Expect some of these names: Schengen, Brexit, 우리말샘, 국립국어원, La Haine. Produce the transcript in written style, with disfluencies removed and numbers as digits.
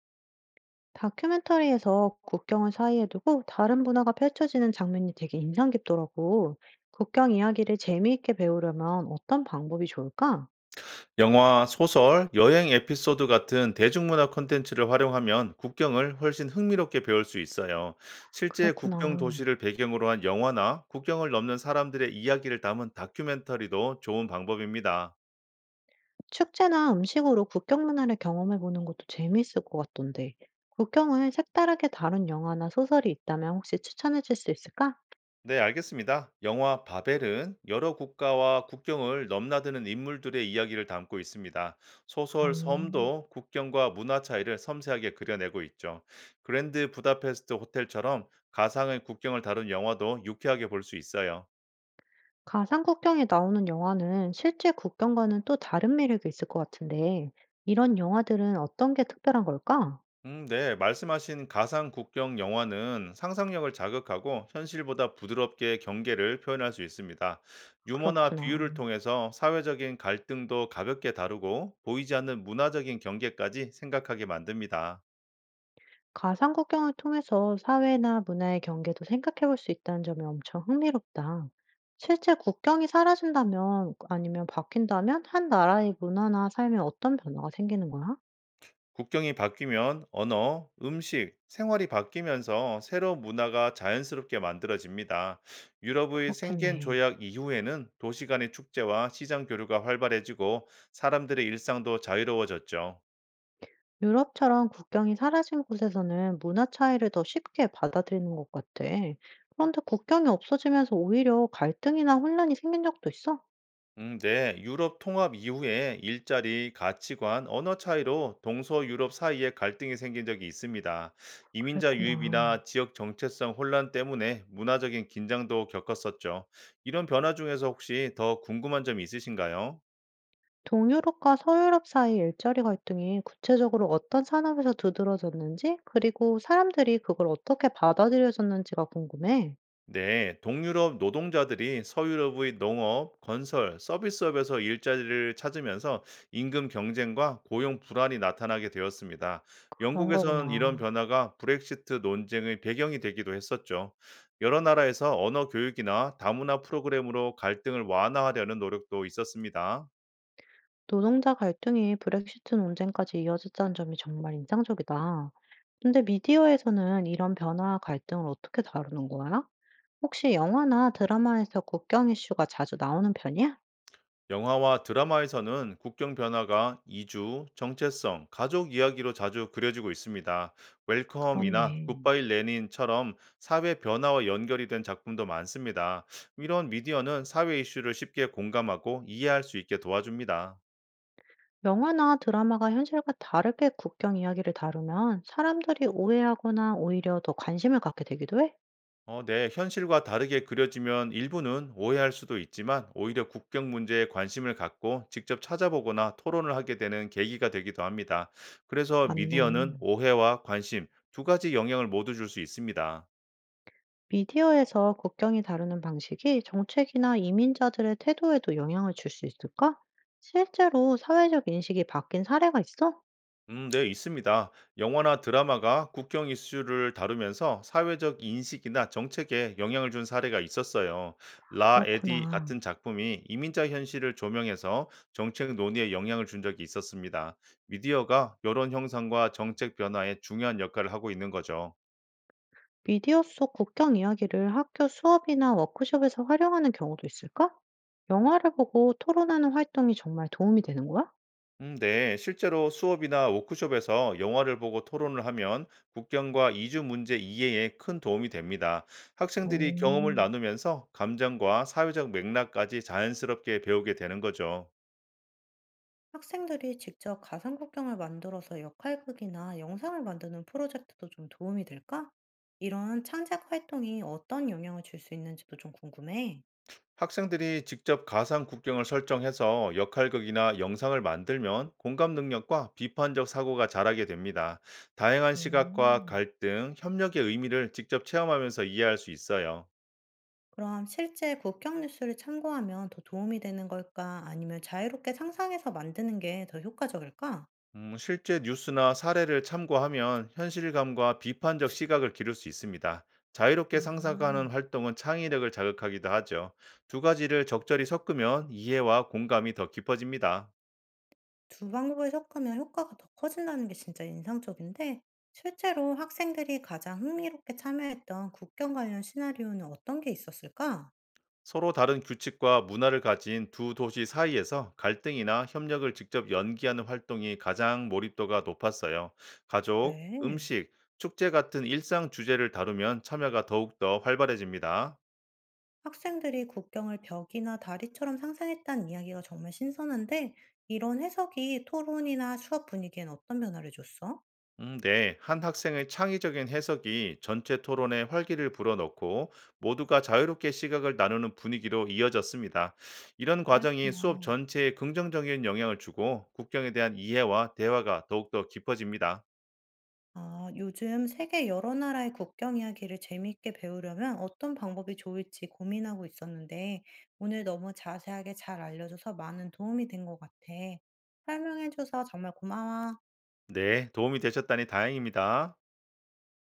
다큐멘터리에서 국경을 사이에 두고 다른 문화가 펼쳐지는 장면이 되게 인상 깊더라고. 국경 이야기를 재미있게 배우려면 어떤 방법이 좋을까? 영화, 소설, 여행 에피소드 같은 대중문화 콘텐츠를 활용하면 국경을 훨씬 흥미롭게 배울 수 있어요. 실제 국경 그렇구나. 도시를 배경으로 한 영화나 국경을 넘는 사람들의 이야기를 담은 다큐멘터리도 좋은 방법입니다. 축제나 음식으로 국경 문화를 경험해 보는 것도 재미있을 것 같던데. 국경을 색다르게 다룬 영화나 소설이 있다면 혹시 추천해 줄 수 있을까? 네, 알겠습니다. 영화 바벨은 여러 국가와 국경을 넘나드는 인물들의 이야기를 담고 있습니다. 아, 소설 섬도 국경과 문화 차이를 섬세하게 그려내고 있죠. 그랜드 부다페스트 호텔처럼 가상의 국경을 다룬 영화도 유쾌하게 볼 수 있어요. 가상 국경에 나오는 영화는 실제 국경과는 또 다른 매력이 있을 것 같은데, 이런 영화들은 어떤 게 특별한 걸까? 네. 말씀하신 가상 국경 영화는 상상력을 자극하고 현실보다 부드럽게 경계를 표현할 수 있습니다. 유머나 그렇구나. 비유를 통해서 사회적인 갈등도 가볍게 다루고 보이지 않는 문화적인 경계까지 생각하게 만듭니다. 가상 국경을 통해서 사회나 문화의 경계도 생각해 볼 수 있다는 점이 엄청 흥미롭다. 실제 국경이 사라진다면, 아니면 바뀐다면 한 나라의 문화나 삶에 어떤 변화가 생기는 거야? 국경이 바뀌면 언어, 음식, 생활이 바뀌면서 새로운 문화가 자연스럽게 만들어집니다. 유럽의 생겐 그렇겠네. 조약 이후에는 도시 간의 축제와 시장 교류가 활발해지고 사람들의 일상도 자유로워졌죠. 유럽처럼 국경이 사라진 곳에서는 문화 차이를 더 쉽게 받아들이는 것 같아. 그런데 국경이 없어지면서 오히려 갈등이나 혼란이 생긴 적도 있어? 네. 유럽 통합 이후에 일자리, 가치관, 언어 차이로 동서유럽 사이에 갈등이 생긴 적이 있습니다. 이민자 그랬구나. 유입이나 지역 정체성 혼란 때문에 문화적인 긴장도 겪었었죠. 이런 변화 중에서 혹시 더 궁금한 점이 있으신가요? 동유럽과 서유럽 사이 일자리 갈등이 구체적으로 어떤 산업에서 두드러졌는지, 그리고 사람들이 그걸 어떻게 받아들여졌는지가 궁금해. 네, 동유럽 노동자들이 서유럽의 농업, 건설, 서비스업에서 일자리를 찾으면서 임금 경쟁과 고용 불안이 나타나게 되었습니다. 그런 영국에서는 이런 거구나. 변화가 브렉시트 논쟁의 배경이 되기도 했었죠. 여러 나라에서 언어 교육이나 다문화 프로그램으로 갈등을 완화하려는 노력도 있었습니다. 노동자 갈등이 브렉시트 논쟁까지 이어졌다는 점이 정말 인상적이다. 근데 미디어에서는 이런 변화와 갈등을 어떻게 다루는 거야? 혹시 영화나 드라마에서 국경 이슈가 자주 나오는 편이야? 영화와 드라마에서는 국경 변화가 이주, 정체성, 가족 이야기로 자주 그려지고 있습니다. 웰컴이나 그렇네. 굿바이 레닌처럼 사회 변화와 연결이 된 작품도 많습니다. 이런 미디어는 사회 이슈를 쉽게 공감하고 이해할 수 있게 도와줍니다. 영화나 드라마가 현실과 다르게 국경 이야기를 다루면 사람들이 오해하거나 오히려 더 관심을 갖게 되기도 해? 어, 네. 현실과 다르게 그려지면 일부는 오해할 수도 있지만 오히려 국경 문제에 관심을 갖고 직접 찾아보거나 토론을 하게 되는 계기가 되기도 합니다. 그래서 맞네. 미디어는 오해와 관심 두 가지 영향을 모두 줄 수 있습니다. 미디어에서 국경이 다루는 방식이 정책이나 이민자들의 태도에도 영향을 줄 수 있을까? 실제로 사회적 인식이 바뀐 사례가 있어? 네, 있습니다. 영화나 드라마가 국경 이슈를 다루면서 사회적 인식이나 정책에 영향을 준 사례가 있었어요. 라 에디 그렇구나. 같은 작품이 이민자 현실을 조명해서 정책 논의에 영향을 준 적이 있었습니다. 미디어가 여론 형성과 정책 변화에 중요한 역할을 하고 있는 거죠. 미디어 속 국경 이야기를 학교 수업이나 워크숍에서 활용하는 경우도 있을까? 영화를 보고 토론하는 활동이 정말 도움이 되는 거야? 네. 실제로 수업이나 워크숍에서 영화를 보고 토론을 하면 국경과 이주 문제 이해에 큰 도움이 됩니다. 학생들이 경험을 오. 나누면서 감정과 사회적 맥락까지 자연스럽게 배우게 되는 거죠. 학생들이 직접 가상국경을 만들어서 역할극이나 영상을 만드는 프로젝트도 좀 도움이 될까? 이런 창작 활동이 어떤 영향을 줄 수 있는지도 좀 궁금해. 학생들이 직접 가상 국경을 설정해서 역할극이나 영상을 만들면 공감 능력과 비판적 사고가 자라게 됩니다. 다양한 시각과 음, 갈등, 협력의 의미를 직접 체험하면서 이해할 수 있어요. 그럼 실제 국경 뉴스를 참고하면 더 도움이 되는 걸까? 아니면 자유롭게 상상해서 만드는 게 더 효과적일까? 실제 뉴스나 사례를 참고하면 현실감과 비판적 시각을 기를 수 있습니다. 자유롭게 상상하는 아, 활동은 창의력을 자극하기도 하죠. 두 가지를 적절히 섞으면 이해와 공감이 더 깊어집니다. 두 방법을 섞으면 효과가 더 커진다는 게 진짜 인상적인데, 실제로 학생들이 가장 흥미롭게 참여했던 국경 관련 시나리오는 어떤 게 있었을까? 서로 다른 규칙과 문화를 가진 두 도시 사이에서 갈등이나 협력을 직접 연기하는 활동이 가장 몰입도가 높았어요. 가족, 그래. 음식, 축제 같은 일상 주제를 다루면 참여가 더욱더 활발해집니다. 학생들이 국경을 벽이나 다리처럼 상상했다는 이야기가 정말 신선한데, 이런 해석이 토론이나 수업 분위기엔 어떤 변화를 줬어? 네. 한 학생의 창의적인 해석이 전체 토론에 활기를 불어넣고 모두가 자유롭게 시각을 나누는 분위기로 이어졌습니다. 이런 과정이 그랬구나. 수업 전체에 긍정적인 영향을 주고 국경에 대한 이해와 대화가 더욱더 깊어집니다. 아, 요즘 세계 여러 나라의 국경 이야기를 재미있게 배우려면 어떤 방법이 좋을지 고민하고 있었는데, 오늘 너무 자세하게 잘 알려줘서 많은 도움이 된 것 같아. 설명해줘서 정말 고마워. 네, 도움이 되셨다니 다행입니다.